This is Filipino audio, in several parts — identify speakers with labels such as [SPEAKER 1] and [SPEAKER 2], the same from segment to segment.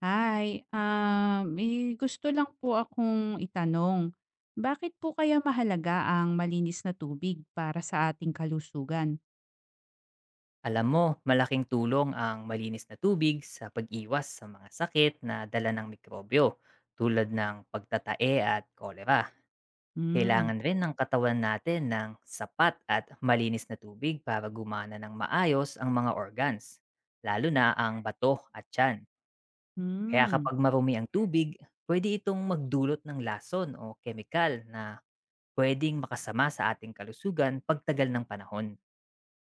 [SPEAKER 1] Hi, may gusto lang po akong itanong. Bakit po kaya mahalaga ang malinis na tubig para sa ating kalusugan?
[SPEAKER 2] Alam mo, malaking tulong ang malinis na tubig sa pag-iwas sa mga sakit na dala ng mikrobyo tulad ng pagtatae at kolera.
[SPEAKER 1] Hmm.
[SPEAKER 2] Kailangan rin ng katawan natin ng sapat at malinis na tubig para gumana ng maayos ang mga organs, lalo na ang bato at tiyan. Kaya
[SPEAKER 1] Hmm.
[SPEAKER 2] kapag marumi ang tubig, pwede itong magdulot ng lason o kemikal na pwedeng makasama sa ating kalusugan pagtagal ng panahon.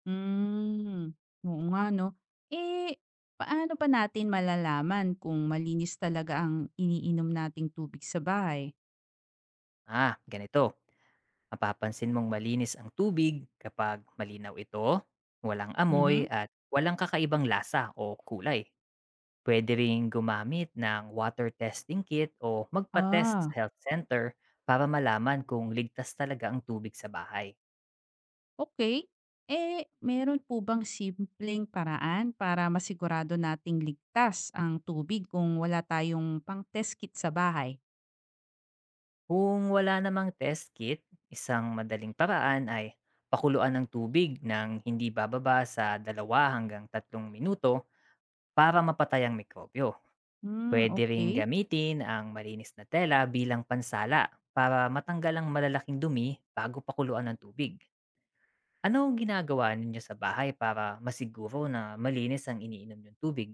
[SPEAKER 1] Hmm. Oo nga, no? Eh, paano pa natin malalaman kung malinis talaga ang iniinom nating tubig sa bahay?
[SPEAKER 2] Ah, ganito. Mapapansin mong malinis ang tubig kapag malinaw ito, walang
[SPEAKER 1] Mhm.
[SPEAKER 2] amoy at walang kakaibang lasa o kulay. Pwede ring gumamit ng water testing kit o magpa-test
[SPEAKER 1] Ah.
[SPEAKER 2] sa health center para malaman kung ligtas talaga ang tubig sa bahay.
[SPEAKER 1] Okay. Eh, meron po bang simpleng paraan para masigurado nating ligtas ang tubig kung wala tayong pang-test kit sa bahay?
[SPEAKER 2] Kung wala namang test kit, isang madaling paraan ay pakuluan ng tubig ng hindi bababa sa 2 hanggang 3 minuto para mapatay ang mikrobyo.
[SPEAKER 1] Hmm,
[SPEAKER 2] Pwede ring
[SPEAKER 1] okay.
[SPEAKER 2] gamitin ang malinis na tela bilang pansala para matanggal ang malalaking dumi bago pakuluan ng tubig. Ano ang ginagawa ninyo sa bahay para masiguro na malinis ang iniinom yung tubig?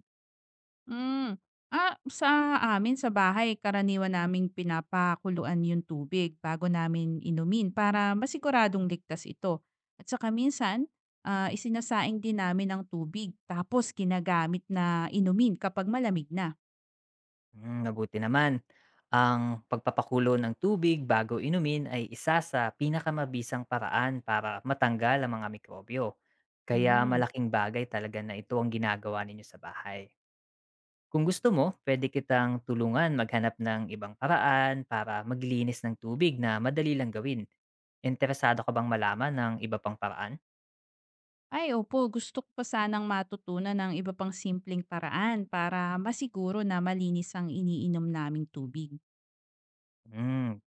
[SPEAKER 1] Hmm. Ah, sa amin sa bahay karaniwan naming pinapakuluan yung tubig bago namin inumin para masiguradong ligtas ito. At saka minsan, isinasaing din namin ang tubig tapos ginagamit na inumin kapag malamig na.
[SPEAKER 2] Hmm, mabuti naman. Ang pagpapakulo ng tubig bago inumin ay isa sa pinakamabisang paraan para matanggal ang mga mikrobyo. Kaya
[SPEAKER 1] Hmm.
[SPEAKER 2] malaking bagay talaga na ito ang ginagawa ninyo sa bahay. Kung gusto mo, pwede kitang tulungan maghanap ng ibang paraan para maglinis ng tubig na madali lang gawin. Interesado ka bang malaman ng iba pang paraan?
[SPEAKER 1] Ay opo, gusto ko pa sanang matutunan ng iba pang simpleng paraan para masiguro na malinis ang iniinom naming tubig.
[SPEAKER 2] Hmm.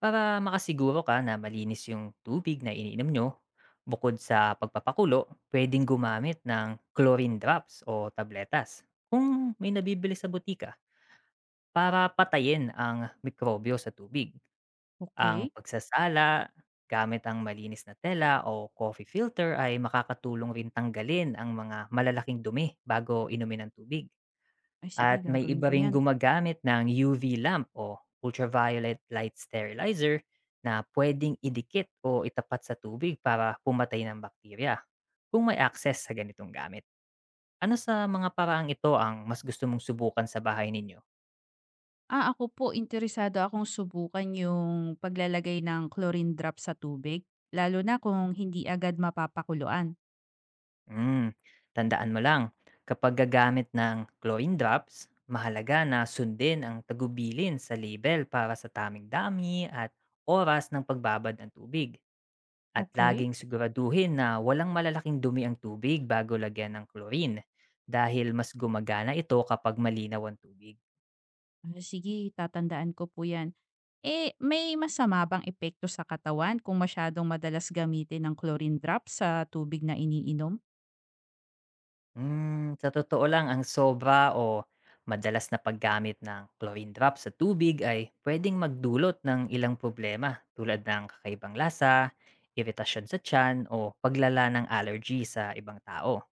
[SPEAKER 2] Para makasiguro ka na malinis yung tubig na iniinom nyo, bukod sa pagpapakulo, pwedeng gumamit ng chlorine drops o tabletas kung may nabibili sa butika para patayin ang mikrobyo sa tubig. Ang
[SPEAKER 1] Okay.
[SPEAKER 2] pagsasala gamit ang malinis na tela o coffee filter ay makakatulong rin tanggalin ang mga malalaking dumi bago inumin ang tubig.
[SPEAKER 1] Ay sige,
[SPEAKER 2] At may
[SPEAKER 1] gagawin
[SPEAKER 2] iba
[SPEAKER 1] ko
[SPEAKER 2] ring
[SPEAKER 1] yan.
[SPEAKER 2] gumagamit ng UV lamp o ultraviolet light sterilizer na pwedeng idikit o itapat sa tubig para pumatay ng bakterya kung may access sa ganitong gamit. Ano sa mga paraang ito ang mas gusto mong subukan sa bahay ninyo?
[SPEAKER 1] Ah, ako po interesado akong subukan yung paglalagay ng chlorine drop sa tubig, lalo na kung hindi agad mapapakuluan.
[SPEAKER 2] Hmm, tandaan mo lang, kapag gagamit ng chlorine drops, mahalaga na sundin ang tagubilin sa label para sa taming dami at oras ng pagbabad ng tubig. At
[SPEAKER 1] Okay.
[SPEAKER 2] laging siguraduhin na walang malalaking dumi ang tubig bago lagyan ng chlorine dahil mas gumagana ito kapag malinaw ang tubig.
[SPEAKER 1] Ah, sige, tatandaan ko po yan. Eh, may masama bang epekto sa katawan kung masyadong madalas gamitin ng chlorine drop sa tubig na iniinom?
[SPEAKER 2] Hmm, sa totoo lang, ang sobra o madalas na paggamit ng chlorine drop sa tubig ay pwedeng magdulot ng ilang problema tulad ng kakaibang lasa, iritasyon sa tiyan o paglala ng allergy sa ibang tao.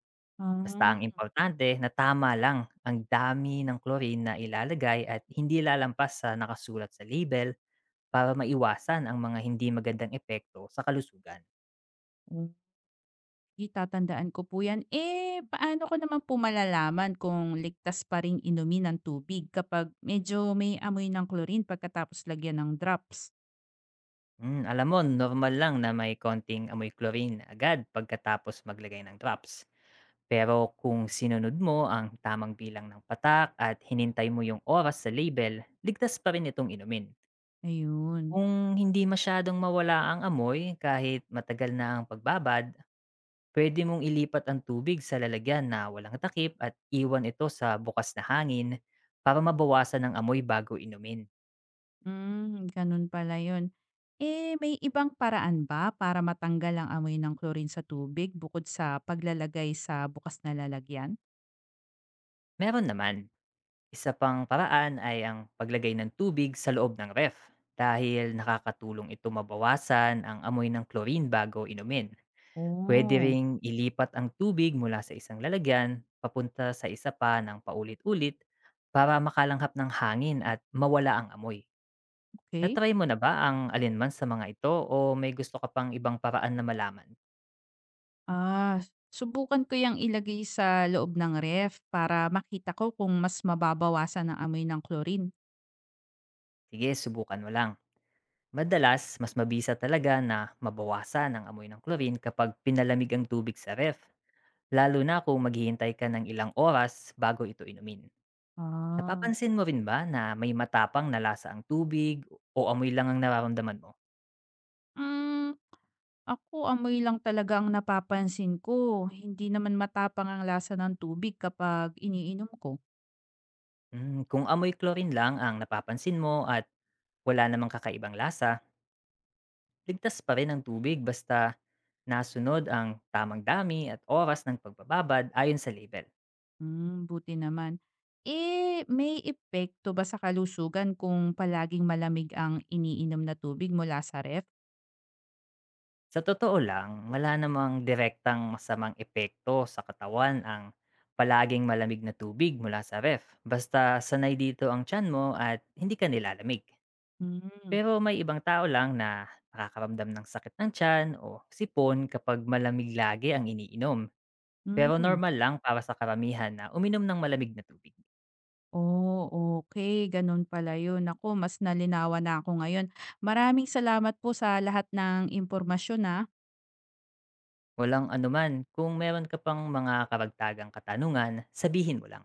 [SPEAKER 2] Basta
[SPEAKER 1] Ah.
[SPEAKER 2] ang importante na tama lang ang dami ng chlorine na ilalagay at hindi lalampas sa nakasulat sa label para maiwasan ang mga hindi magandang epekto sa kalusugan.
[SPEAKER 1] Itatandaan ko po 'yan. Eh, paano ko naman po malalaman kung ligtas pa ring inumin ang tubig kapag medyo may amoy ng chlorine pagkatapos lagyan ng drops?
[SPEAKER 2] Hmm, alam mo, normal lang na may konting amoy chlorine agad pagkatapos maglagay ng drops. Pero kung sinunod mo ang tamang bilang ng patak at hinintay mo yung oras sa label, ligtas pa rin itong inumin.
[SPEAKER 1] Ayun.
[SPEAKER 2] Kung hindi masyadong mawala ang amoy kahit matagal na ang pagbabad, pwede mong ilipat ang tubig sa lalagyan na walang takip at iwan ito sa bukas na hangin para mabawasan ang amoy bago inumin.
[SPEAKER 1] Hmm, ganun pala 'yun. Eh, may ibang paraan ba para matanggal ang amoy ng chlorine sa tubig bukod sa paglalagay sa bukas na lalagyan?
[SPEAKER 2] Meron naman. Isa pang paraan ay ang paglagay ng tubig sa loob ng ref, dahil nakakatulong ito mabawasan ang amoy ng chlorine bago inumin. Pwede
[SPEAKER 1] Oh.
[SPEAKER 2] ring ilipat ang tubig mula sa isang lalagyan papunta sa isa pa ng paulit-ulit para makalanghap ng hangin at mawala ang amoy.
[SPEAKER 1] Okay.
[SPEAKER 2] Natry mo na ba ang alinman sa mga ito o may gusto ka pang ibang paraan na malaman?
[SPEAKER 1] Ah, subukan ko yung ilagay sa loob ng ref para makita ko kung mas mababawasan ang amoy ng chlorine.
[SPEAKER 2] Sige, subukan mo lang. Madalas, mas mabisa talaga na mabawasan ang amoy ng chlorine kapag pinalamig ang tubig sa ref. Lalo na kung maghihintay ka ng ilang oras bago ito inumin.
[SPEAKER 1] Ah.
[SPEAKER 2] Napapansin mo rin ba na may matapang na lasa ang tubig o amoy lang ang nararamdaman mo?
[SPEAKER 1] Hmm, ako amoy lang talaga ang napapansin ko, hindi naman matapang ang lasa ng tubig kapag iniinom ko.
[SPEAKER 2] Mm, kung amoy chlorine lang ang napapansin mo at wala namang kakaibang lasa, ligtas pa rin ang tubig basta nasunod ang tamang dami at oras ng pagbababad ayon sa label.
[SPEAKER 1] Buti naman. Eh, may epekto ba sa kalusugan kung palaging malamig ang iniinom na tubig mula sa ref?
[SPEAKER 2] Sa totoo lang, wala namang direktang masamang epekto sa katawan ang palaging malamig na tubig mula sa ref. Basta sanay dito ang tiyan mo at hindi ka nilalamig.
[SPEAKER 1] Hmm.
[SPEAKER 2] Pero may ibang tao lang na nakakaramdam ng sakit ng tiyan o sipon kapag malamig lagi ang iniinom. Pero
[SPEAKER 1] Hmm.
[SPEAKER 2] normal lang para sa karamihan na uminom ng malamig na tubig.
[SPEAKER 1] Oh, okay, ganun pala yun. Naku mas nalinawan na ako ngayon. Maraming salamat po sa lahat ng impormasyon, ah.
[SPEAKER 2] Walang anuman, kung meron ka pang mga karagtagang katanungan, sabihin mo lang.